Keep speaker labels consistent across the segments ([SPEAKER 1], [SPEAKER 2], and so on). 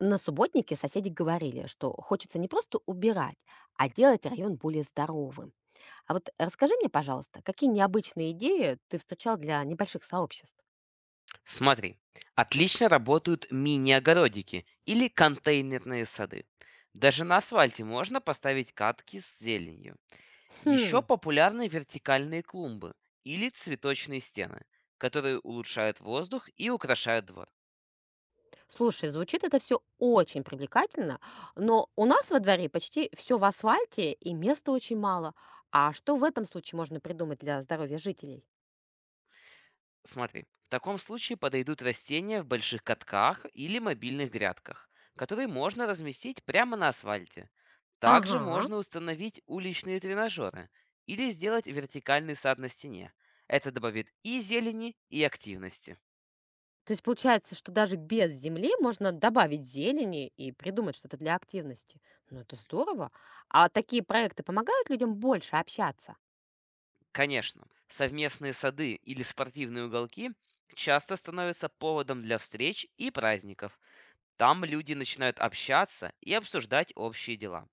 [SPEAKER 1] На субботнике соседи говорили, что хочется не просто убирать, а делать район более здоровым. А вот расскажи мне, пожалуйста, какие необычные идеи ты встречал для небольших сообществ?
[SPEAKER 2] Смотри, отлично работают мини-огородики или контейнерные сады. Даже на асфальте можно поставить катки с зеленью. Еще
[SPEAKER 1] Хм,
[SPEAKER 2] популярны вертикальные клумбы или цветочные стены, которые улучшают воздух и украшают двор.
[SPEAKER 1] слушай, звучит это все очень привлекательно, но у нас во дворе почти все в асфальте и места очень мало. А что в этом случае можно придумать для здоровья жителей?
[SPEAKER 2] Смотри, в таком случае подойдут растения в больших катках или мобильных грядках, которые можно разместить прямо на асфальте. Также
[SPEAKER 1] Ага.
[SPEAKER 2] можно установить уличные тренажеры или сделать вертикальный сад на стене. Это добавит и зелени, и активности.
[SPEAKER 1] То есть получается, что даже без земли можно добавить зелени и придумать что-то для активности. Ну, это здорово. А такие проекты помогают людям больше общаться?
[SPEAKER 2] Конечно, совместные сады или спортивные уголки часто становятся поводом для встреч и праздников. Там люди начинают общаться и обсуждать общие дела.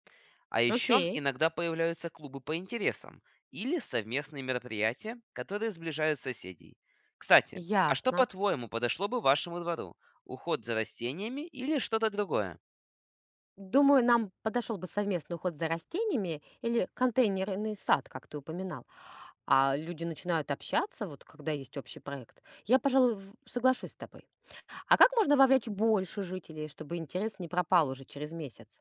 [SPEAKER 2] А еще
[SPEAKER 1] Окей,
[SPEAKER 2] иногда появляются клубы по интересам или совместные мероприятия, которые сближают соседей. Кстати, а что,
[SPEAKER 1] ясно.
[SPEAKER 2] по-твоему, подошло бы вашему двору? Уход за растениями или что-то другое?
[SPEAKER 1] Думаю, нам подошел бы совместный уход за растениями или контейнерный сад, как ты упоминал. А люди начинают общаться, вот когда есть общий проект. Я, пожалуй, соглашусь с тобой. А как можно вовлечь больше жителей, чтобы интерес не пропал уже через месяц?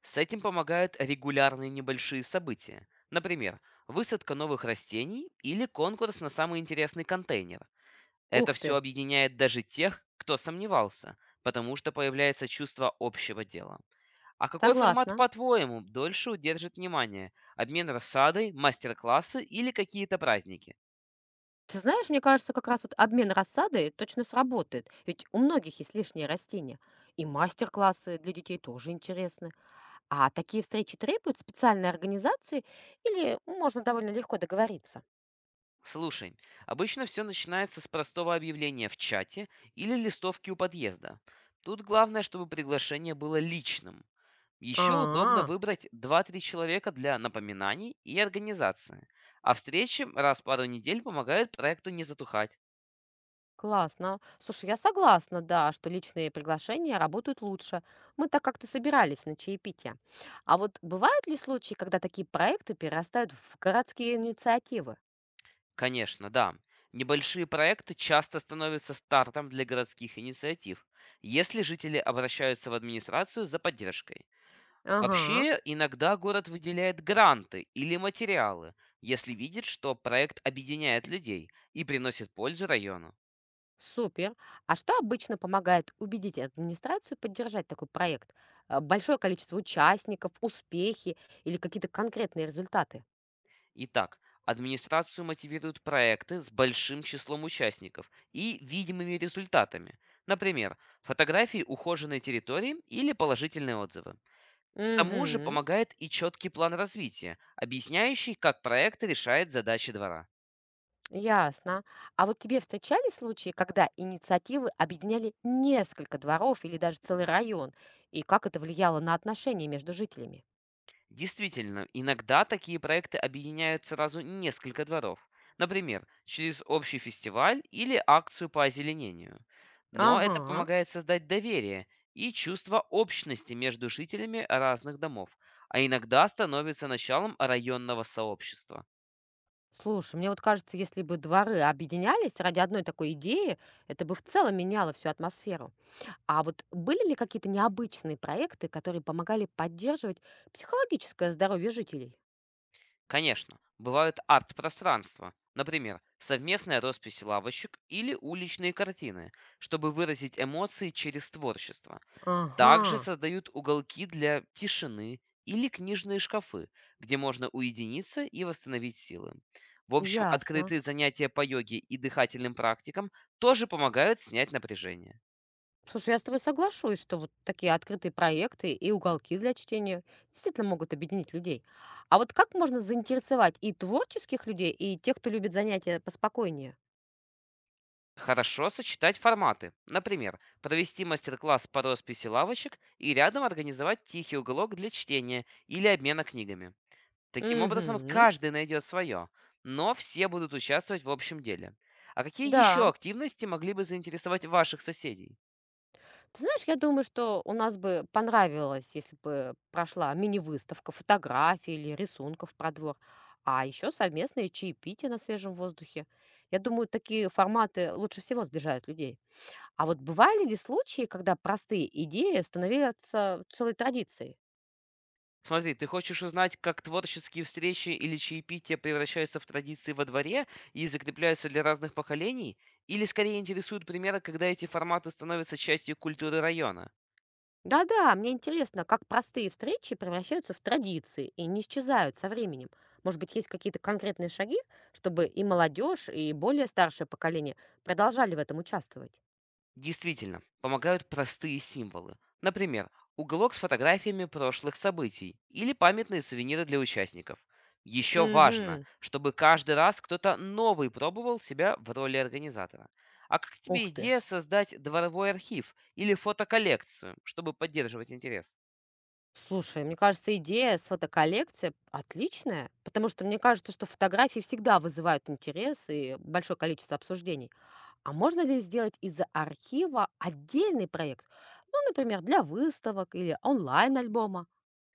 [SPEAKER 2] С этим помогают регулярные небольшие события. Например, высадка новых растений или конкурс на самый интересный контейнер. Это
[SPEAKER 1] Ух
[SPEAKER 2] все
[SPEAKER 1] ты,
[SPEAKER 2] объединяет даже тех, кто сомневался, потому что появляется чувство общего дела. А какой формат,
[SPEAKER 1] согласна.
[SPEAKER 2] по-твоему, дольше удержит внимание? Обмен рассадой, мастер-классы или какие-то праздники?
[SPEAKER 1] Ты знаешь, мне кажется, как раз вот обмен рассадой точно сработает, ведь у многих есть лишние растения. И мастер-классы для детей тоже интересны. А такие встречи требуют специальной организации или можно довольно легко договориться?
[SPEAKER 2] Слушай, обычно все начинается с простого объявления в чате или листовки у подъезда. Тут главное, чтобы приглашение было личным. Еще удобно
[SPEAKER 1] А,
[SPEAKER 2] выбрать 2-3 человека для напоминаний и организации. А встречи раз в пару недель помогают проекту не затухать.
[SPEAKER 1] классно. Слушай, я согласна, да, что личные приглашения работают лучше. Мы так как-то собирались на чаепитие. А вот бывают ли случаи, когда такие проекты перерастают в городские инициативы?
[SPEAKER 2] Конечно, да. Небольшие проекты часто становятся стартом для городских инициатив, если жители обращаются в администрацию за поддержкой.
[SPEAKER 1] Ага.
[SPEAKER 2] Вообще, иногда город выделяет гранты или материалы, если видит, что проект объединяет людей и приносит пользу району.
[SPEAKER 1] Супер. А что обычно помогает убедить администрацию поддержать такой проект? Большое количество участников, успехи или какие-то конкретные результаты?
[SPEAKER 2] Итак, администрацию мотивируют проекты с большим числом участников и видимыми результатами. Например, фотографии ухоженной территории или положительные отзывы. К тому же
[SPEAKER 1] Угу,
[SPEAKER 2] помогает и четкий план развития, объясняющий, как проект решает задачи двора.
[SPEAKER 1] ясно. А вот тебе встречались случаи, когда инициативы объединяли несколько дворов или даже целый район? И как это влияло на отношения между жителями?
[SPEAKER 2] Действительно, иногда такие проекты объединяют сразу несколько дворов. Например, через общий фестиваль или акцию по озеленению. Но это
[SPEAKER 1] Ага.
[SPEAKER 2] помогает создать доверие и чувство общности между жителями разных домов, а иногда становится началом районного сообщества.
[SPEAKER 1] Слушай, мне вот кажется, если бы дворы объединялись ради одной такой идеи, это бы в целом меняло всю атмосферу. А вот были ли какие-то необычные проекты, которые помогали поддерживать психологическое здоровье жителей?
[SPEAKER 2] Конечно, бывают арт-пространства, например, совместная роспись лавочек или уличные картины, чтобы выразить эмоции через творчество. Также
[SPEAKER 1] Ага,
[SPEAKER 2] создают уголки для тишины или книжные шкафы, где можно уединиться и восстановить силы. В общем,
[SPEAKER 1] ясно.
[SPEAKER 2] открытые занятия по йоге и дыхательным практикам тоже помогают снять напряжение.
[SPEAKER 1] Слушай, я с тобой соглашусь, что вот такие открытые проекты и уголки для чтения действительно могут объединить людей. А вот как можно заинтересовать и творческих людей, и тех, кто любит занятия поспокойнее?
[SPEAKER 2] Хорошо сочетать форматы. Например, провести мастер-класс по росписи лавочек и рядом организовать тихий уголок для чтения или обмена книгами. Таким образом,
[SPEAKER 1] Угу,
[SPEAKER 2] каждый найдет свое, но все будут участвовать в общем деле. А какие еще
[SPEAKER 1] да.
[SPEAKER 2] активности могли бы заинтересовать ваших соседей?
[SPEAKER 1] Ты знаешь, я думаю, что у нас бы понравилось, если бы прошла мини-выставка фотографий или рисунков про двор, а еще совместные чаепития на свежем воздухе. Я думаю, такие форматы лучше всего сближают людей. А вот бывали ли случаи, когда простые идеи становятся целой традицией?
[SPEAKER 2] Смотри, ты хочешь узнать, как творческие встречи или чаепития превращаются в традиции во дворе и закрепляются для разных поколений? Или скорее интересуют примеры, когда эти форматы становятся частью культуры района?
[SPEAKER 1] Да-да, мне интересно, как простые встречи превращаются в традиции и не исчезают со временем. Может быть, есть какие-то конкретные шаги, чтобы и молодежь, и более старшее поколение продолжали в этом участвовать?
[SPEAKER 2] Действительно, помогают простые символы. Например, уголок с фотографиями прошлых событий или памятные сувениры для участников. Еще важно,
[SPEAKER 1] Мгм.
[SPEAKER 2] чтобы каждый раз кто-то новый пробовал себя в роли организатора. А как тебе
[SPEAKER 1] Ух ты.
[SPEAKER 2] идея создать дворовой архив или фотоколлекцию, чтобы поддерживать интерес?
[SPEAKER 1] Слушай, мне кажется, идея с фотоколлекцией отличная, потому что мне кажется, что фотографии всегда вызывают интерес и большое количество обсуждений. А можно ли сделать из архива отдельный проект? Ну, например, для выставок или онлайн-альбома?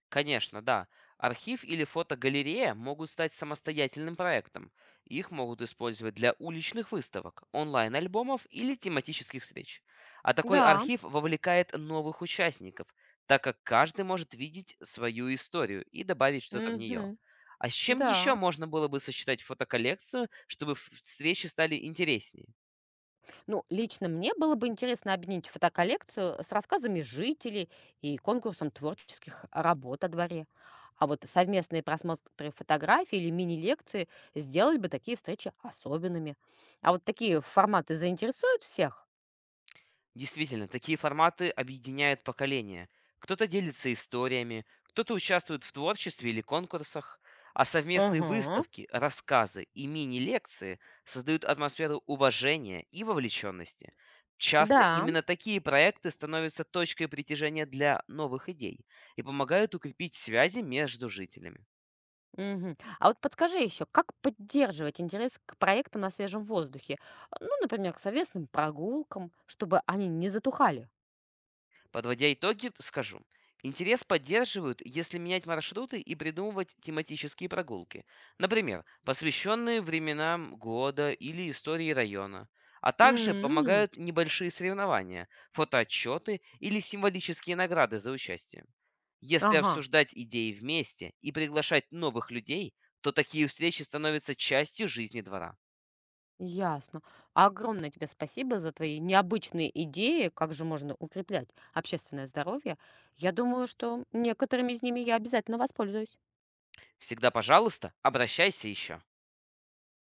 [SPEAKER 2] Конечно, да. Архив или фотогалерея могут стать самостоятельным проектом. Их могут использовать для уличных выставок, онлайн-альбомов или тематических встреч. А такой
[SPEAKER 1] Да.
[SPEAKER 2] архив вовлекает новых участников, так как каждый может видеть свою историю и добавить что-то в нее.
[SPEAKER 1] Мгм.
[SPEAKER 2] А с чем еще
[SPEAKER 1] Да.
[SPEAKER 2] можно было бы сочетать фотоколлекцию, чтобы встречи стали интереснее?
[SPEAKER 1] Ну, лично мне было бы интересно объединить фотоколлекцию с рассказами жителей и конкурсом творческих работ о дворе. А вот совместные просмотры фотографий или мини-лекции сделали бы такие встречи особенными. А вот такие форматы заинтересуют всех?
[SPEAKER 2] Действительно, такие форматы объединяют поколения. Кто-то делится историями, кто-то участвует в творчестве или конкурсах, а совместные
[SPEAKER 1] Угу,
[SPEAKER 2] выставки, рассказы и мини-лекции создают атмосферу уважения и вовлеченности. Часто
[SPEAKER 1] да.
[SPEAKER 2] именно такие проекты становятся точкой притяжения для новых идей и помогают укрепить связи между жителями.
[SPEAKER 1] Мгм. А вот подскажи еще, как поддерживать интерес к проектам на свежем воздухе? Ну, например, к совместным прогулкам, чтобы они не затухали.
[SPEAKER 2] Подводя итоги, скажу. Интерес поддерживают, если менять маршруты и придумывать тематические прогулки. Например, посвященные временам года или истории района. А также
[SPEAKER 1] М.
[SPEAKER 2] помогают небольшие соревнования, фотоотчеты или символические награды за участие. Если
[SPEAKER 1] Ага.
[SPEAKER 2] обсуждать идеи вместе и приглашать новых людей, то такие встречи становятся частью жизни двора.
[SPEAKER 1] Ясно. Огромное тебе спасибо за твои необычные идеи, как же можно укреплять общественное здоровье. Я думаю, что некоторыми из ними я обязательно воспользуюсь.
[SPEAKER 2] Всегда, пожалуйста, обращайся еще.